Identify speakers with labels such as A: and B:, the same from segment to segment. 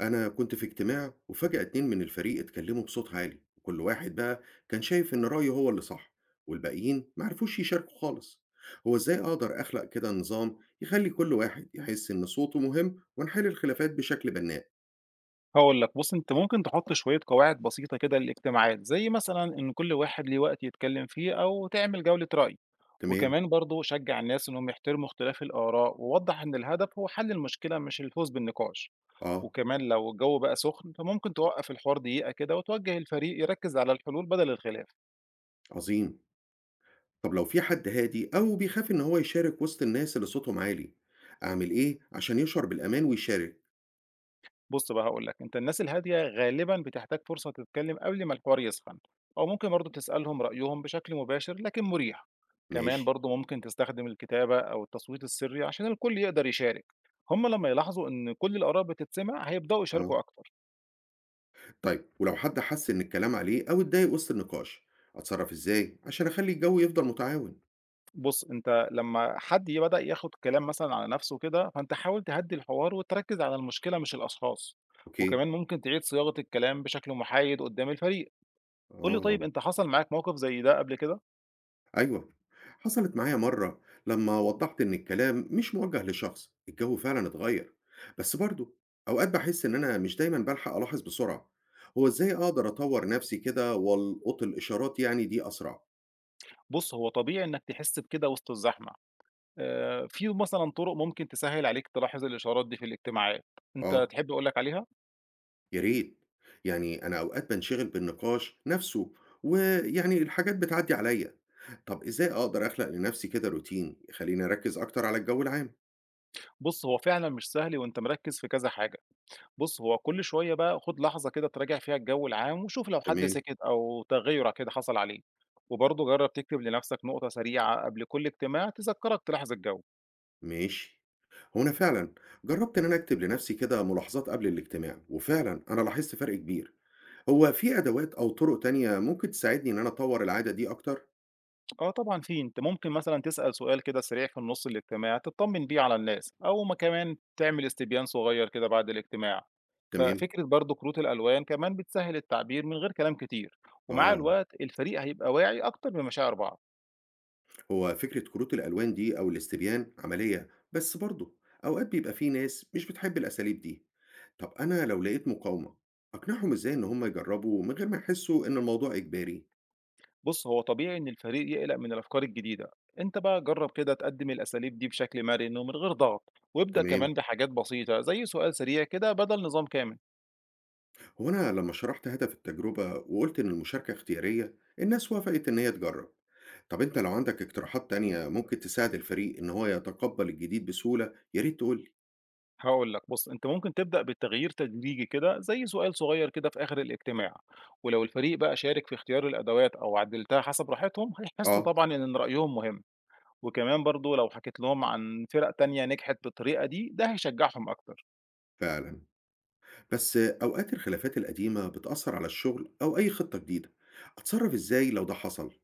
A: أنا كنت في اجتماع وفجأة اتنين من الفريق اتكلموا بصوت عالي وكل واحد بقى كان شايف إن رأيه هو اللي صح والباقيين معرفوش يشاركوا خالص. هو إزاي أقدر أخلق كده نظام يخلي كل واحد يحس إن صوته مهم ونحل الخلافات بشكل بناء؟
B: هاقول لك، بُص أنت ممكن تحط شوية قواعد بسيطة كده للاجتماعات، زي مثلًا إن كل واحد ليه وقت يتكلم فيه أو تعمل جولة رأي،
A: تمام.
B: وكمان برضه شجّع الناس إنهم يحترموا اختلاف الآراء، ووضّح إن الهدف هو حل المشكلة مش الفوز بالنقاش،
A: آه.
B: وكمان لو الجو بقى سخن فممكن توقّف الحوار دقيقة كده وتوجّه الفريق يركّز على الحلول بدل الخلاف.
A: عظيم. طب لو في حد هادي أو بيخاف إن هو يشارك وسط الناس اللي صوتهم عالي، أعمل إيه عشان يشعر بالأمان ويشارك؟
B: بُص بقى هاقول لك، أنت الناس الهادية غالبًا بتحتاج فرصة تتكلم قبل ما الحوار يسخن، أو ممكن برضه تسألهم رأيهم بشكل مباشر لكن مريح، كمان
A: ماشي.
B: برضه ممكن تستخدم الكتابة أو التصويت السري عشان الكل يقدر يشارك، هم لمّا يلاحظوا إن كل الآراء بتتسمع هيبدأوا
A: آه.
B: يشاركوا أكتر،
A: طيب ولو حد حس إن الكلام عليه أو اتضايق وسط النقاش، أتصرف إزاي عشان أخلي الجو يفضل متعاون؟
B: بُص أنت لمّا حد بدأ ياخد كلام مثلًا على نفسه كده، فأنت حاول تهدي الحوار وتركز على المشكلة مش الأشخاص،
A: أوكي.
B: وكمان ممكن تعيد صياغة الكلام بشكل محايد قدام الفريق، قُل لي
A: آه.
B: طيب أنت حصل معاك موقف زي ده قبل كده؟
A: أيوه، حصلت معايا مرة لما وضحت إن الكلام مش موجه لشخص الجو فعلا اتغير، بس برضه أوقات بحس إن أنا مش دايما بلحق ألاحظ بسرعة. هو إزاي أقدر أطور نفسي كده وألقط الإشارات يعني دي أسرع؟
B: بُص، هو طبيعي إنك تحس بكده وسط الزحمة، في مثلًا طرق ممكن تسهّل عليك تلاحظ الإشارات دي في الاجتماعات، أنت
A: آه،
B: تحب أقول لك عليها؟
A: يا ريت. يعني أنا أوقات بانشغل بالنقاش نفسه ويعني الحاجات بتعدي عليا. طب إزاي أقدر أخلق لنفسي كده روتين يخليني أركز أكتر على الجو العام؟
B: بُص، هو فعلًا مش سهل وأنت مركّز في كذا حاجة، بُص هو كل شوية بقى خُد لحظة كده تراجع فيها الجو العام وشوف لو حد
A: تمام.
B: سِكت أو تغيُّر كده حصل عليه، وبرضه جرّب تكتب لنفسك نقطة سريعة قبل كل اجتماع تذكّرك تلاحظ الجو.
A: ماشي. هو أنا فعلا جربت إن أنا أكتب لنفسي كده ملاحظات قبل الاجتماع وفعلا أنا لاحظت فرق كبير. هو في أدوات أو طرق تانية ممكن تساعدني إن أنا أطور العادة دي أكتر؟
B: آه طبعًا في، أنت ممكن مثلًا تسأل سؤال كده سريع في النُص الاجتماع تطمن بيه على الناس، أو ما كمان تعمل استبيان صغير كده بعد الاجتماع،
A: تمام.
B: ففكرة برضه كروت الألوان كمان بتسهّل التعبير من غير كلام كتير، ومع
A: آه.
B: الوقت الفريق هيبقى واعي أكتر بمشاعر بعض،
A: هو فكرة كروت الألوان دي أو الاستبيان عملية، بس برضه أوقات بيبقى في ناس مش بتحب الأساليب دي. طب أنا لو لقيت مقاومة، أقنعهم إزاي إن هم يجربوا من غير ما يحسوا إن الموضوع إجباري؟
B: بُص هو طبيعي إن الفريق يقلق من الأفكار الجديدة، أنت بقى جرّب كده تقدّم الأساليب دي بشكل مرن ومن غير ضغط، وابدأ كمان
A: تمام،
B: بحاجات بسيطة زي سؤال سريع كده بدل نظام كامل.
A: هو أنا لما شرحت هدف التجربة وقلت إن المشاركة اختيارية، الناس وافقت إن هي تجرب. طب أنت لو عندك اقتراحات تانية ممكن تساعد الفريق إن هو يتقبل الجديد بسهولة، يا ريت تقول لي.
B: هاقول لك بُص، أنت ممكن تبدأ بالتغيير تدريجي كده زي سؤال صغير كده في آخر الاجتماع، ولو الفريق بقى شارك في اختيار الأدوات أو عدّلتها حسب راحتهم، هيحسوا
A: آه.
B: طبعًا إن رأيهم مهم، وكمان برضه لو حكيت لهم عن فرق تانية نجحت بالطريقة دي، ده هيشجعهم أكتر.
A: فعلا، بس أوقات الخلافات القديمة بتأثر على الشغل أو أي خطة جديدة، أتصرف إزاي لو ده حصل؟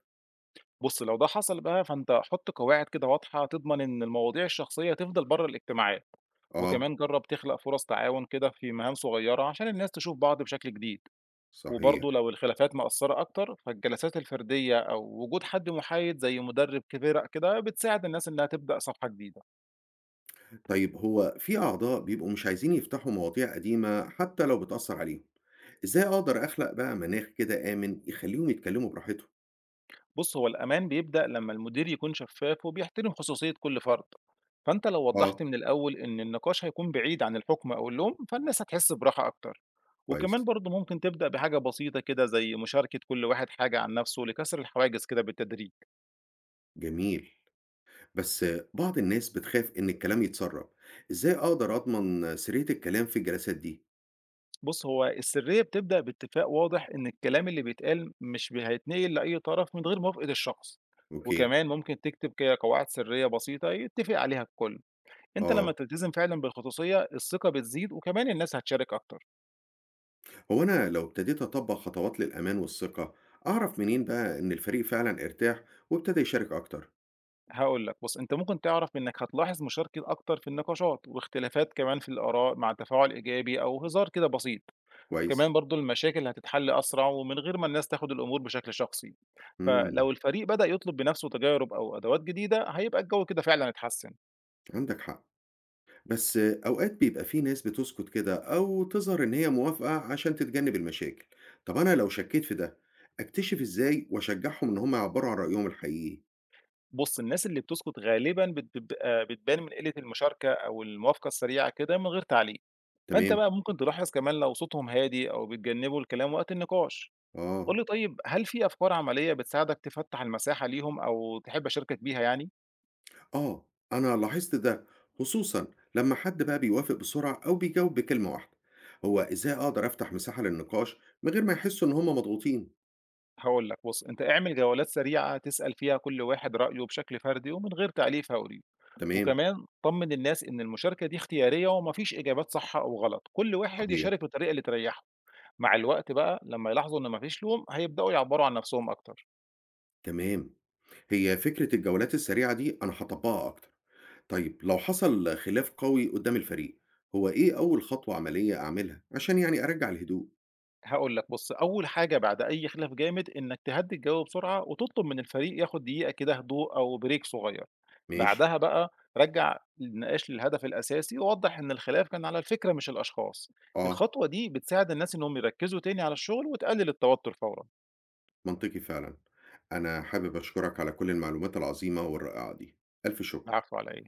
B: بُص، لو ده حصل بقى فأنت حُط قواعد كده واضحة تضمن إن المواضيع الشخصية تفضل بره الاجتماعات،
A: آه.
B: وكمان جرّب تخلق فرص تعاون كده في مهام صغيرة عشان الناس تشوف بعض بشكل جديد.
A: صحيح.
B: وبرضه لو الخلافات مأثرة أكتر فالجلسات الفردية أو وجود حد محايد زي مدرب كبير كده بتساعد الناس إنها تبدأ صفحة جديدة.
A: طيب هو في أعضاء بيبقوا مش عايزين يفتحوا مواضيع قديمة حتى لو بتأثر عليهم، إزاي أقدر أخلق بقى مناخ كده آمن يخليهم يتكلموا براحتهم؟
B: بص هو الأمان بيبدأ لما المدير يكون شفاف وبيحترم خصوصية كل فرد، فأنت لو
A: آه.
B: وضحت من الأول إن النقاش هيكون بعيد عن الحكم أو اللوم فالناس هتحس براحة أكتر، وكمان
A: كويس.
B: برضه ممكن تبدأ بحاجة بسيطة كده زي مشاركة كل واحد حاجة عن نفسه لكسر الحواجز كده بالتدريج.
A: جميل. بس بعض الناس بتخاف إن الكلام يتسرب، إزاي أقدر أضمن سرية الكلام في الجلسات دي؟
B: بُص، هو السرية بتبدأ باتفاق واضح إن الكلام اللي بيتقال مش ب هيتنقل لأي طرف من غير موافقة الشخص،
A: أوكي.
B: وكمان ممكن تكتب ك قواعد سرية بسيطة يتفق عليها الكل، أنت لمّا
A: آه.
B: تلتزم فعلًا بالخصوصية الثقة بتزيد وكمان الناس هتشارك أكتر،
A: هو أنا لو ابتديت أطبق خطوات للأمان والثقة، أعرف منين بقى إن الفريق فعلا ارتاح وابتدى يشارك أكتر؟
B: هاقول لك بُص، أنت ممكن تعرف إنك هتلاحظ مشاركة أكتر في النقاشات واختلافات كمان في الآراء مع تفاعل إيجابي أو هزار كده بسيط.
A: كويس؟
B: كمان برضه المشاكل هتتحل أسرع ومن غير ما الناس تاخد الأمور بشكل شخصي،
A: مم.
B: فلو الفريق بدأ يطلب بنفسه تجارب أو أدوات جديدة هيبقى الجو كده فعلا اتحسن.
A: عندك حق. بس أوقات بيبقى في ناس بتسكت كده أو تظهر إن هي موافقة عشان تتجنب المشاكل. طب أنا لو شكيت في ده، أكتشف إزاي وأشجعهم إن هم يعبروا عن رأيهم الحقيقي؟
B: بص الناس اللي بتسكت غالبا بتبقى بتبان من قلة المشاركة أو الموافقة السريعة كده من غير تعليق، فأنت
A: تمام.
B: بقى ممكن تلاحظ كمان لو صوتهم هادي أو بيتجنبوا الكلام وقت النقاش، قول
A: آه.
B: لي طيب هل في أفكار عملية بتساعدك تفتح المساحة ليهم أو تحب أشاركك بيها يعني؟
A: آه، أنا لاحظت ده، خصوصا لما حد بقى بيوافق بسرعة أو بيجاوب بكلمة واحدة. هو إزاي أقدر أفتح مساحة للنقاش من غير ما يحسوا إن هم مضغوطين؟
B: هقول لك بص أنت اعمل جولات سريعة تسأل فيها كل واحد رأيه بشكل فردي ومن غير تعليق فوري،
A: تمام.
B: وكمان طمن الناس إن المشاركة دي اختيارية ومفيش إجابات صح أو غلط، كل واحد
A: صحيح.
B: يشارك بالطريقة اللي تريحه، مع الوقت بقى لما يلاحظوا إن مفيش لوم هيبدأوا يعبروا عن نفسهم أكتر.
A: تمام. هي فكرة الجولات السريعة دي أنا هطبقها أكتر. طيب لو حصل خلاف قوي قدام الفريق، هو ايه اول خطوة عملية اعملها عشان يعني ارجع الهدوء؟
B: هقول لك بص أول حاجة بعد أي خلاف جامد إنك تهدي الجو بسرعة وتطلب من الفريق ياخد دقيقة كده هدوء أو بريك صغير.
A: ماشي.
B: بعدها بقى رجع النقاش للهدف الأساسي ووضح إن الخلاف كان على الفكرة مش الأشخاص.
A: اه.
B: الخطوة دي بتساعد الناس إنهم يركزوا تاني على الشغل وتقلل التوتر فورا.
A: منطقي فعلا. انا حابب اشكرك على كل المعلومات العظيمة والرائعة دي، الف شكر.
B: العفو على إيه؟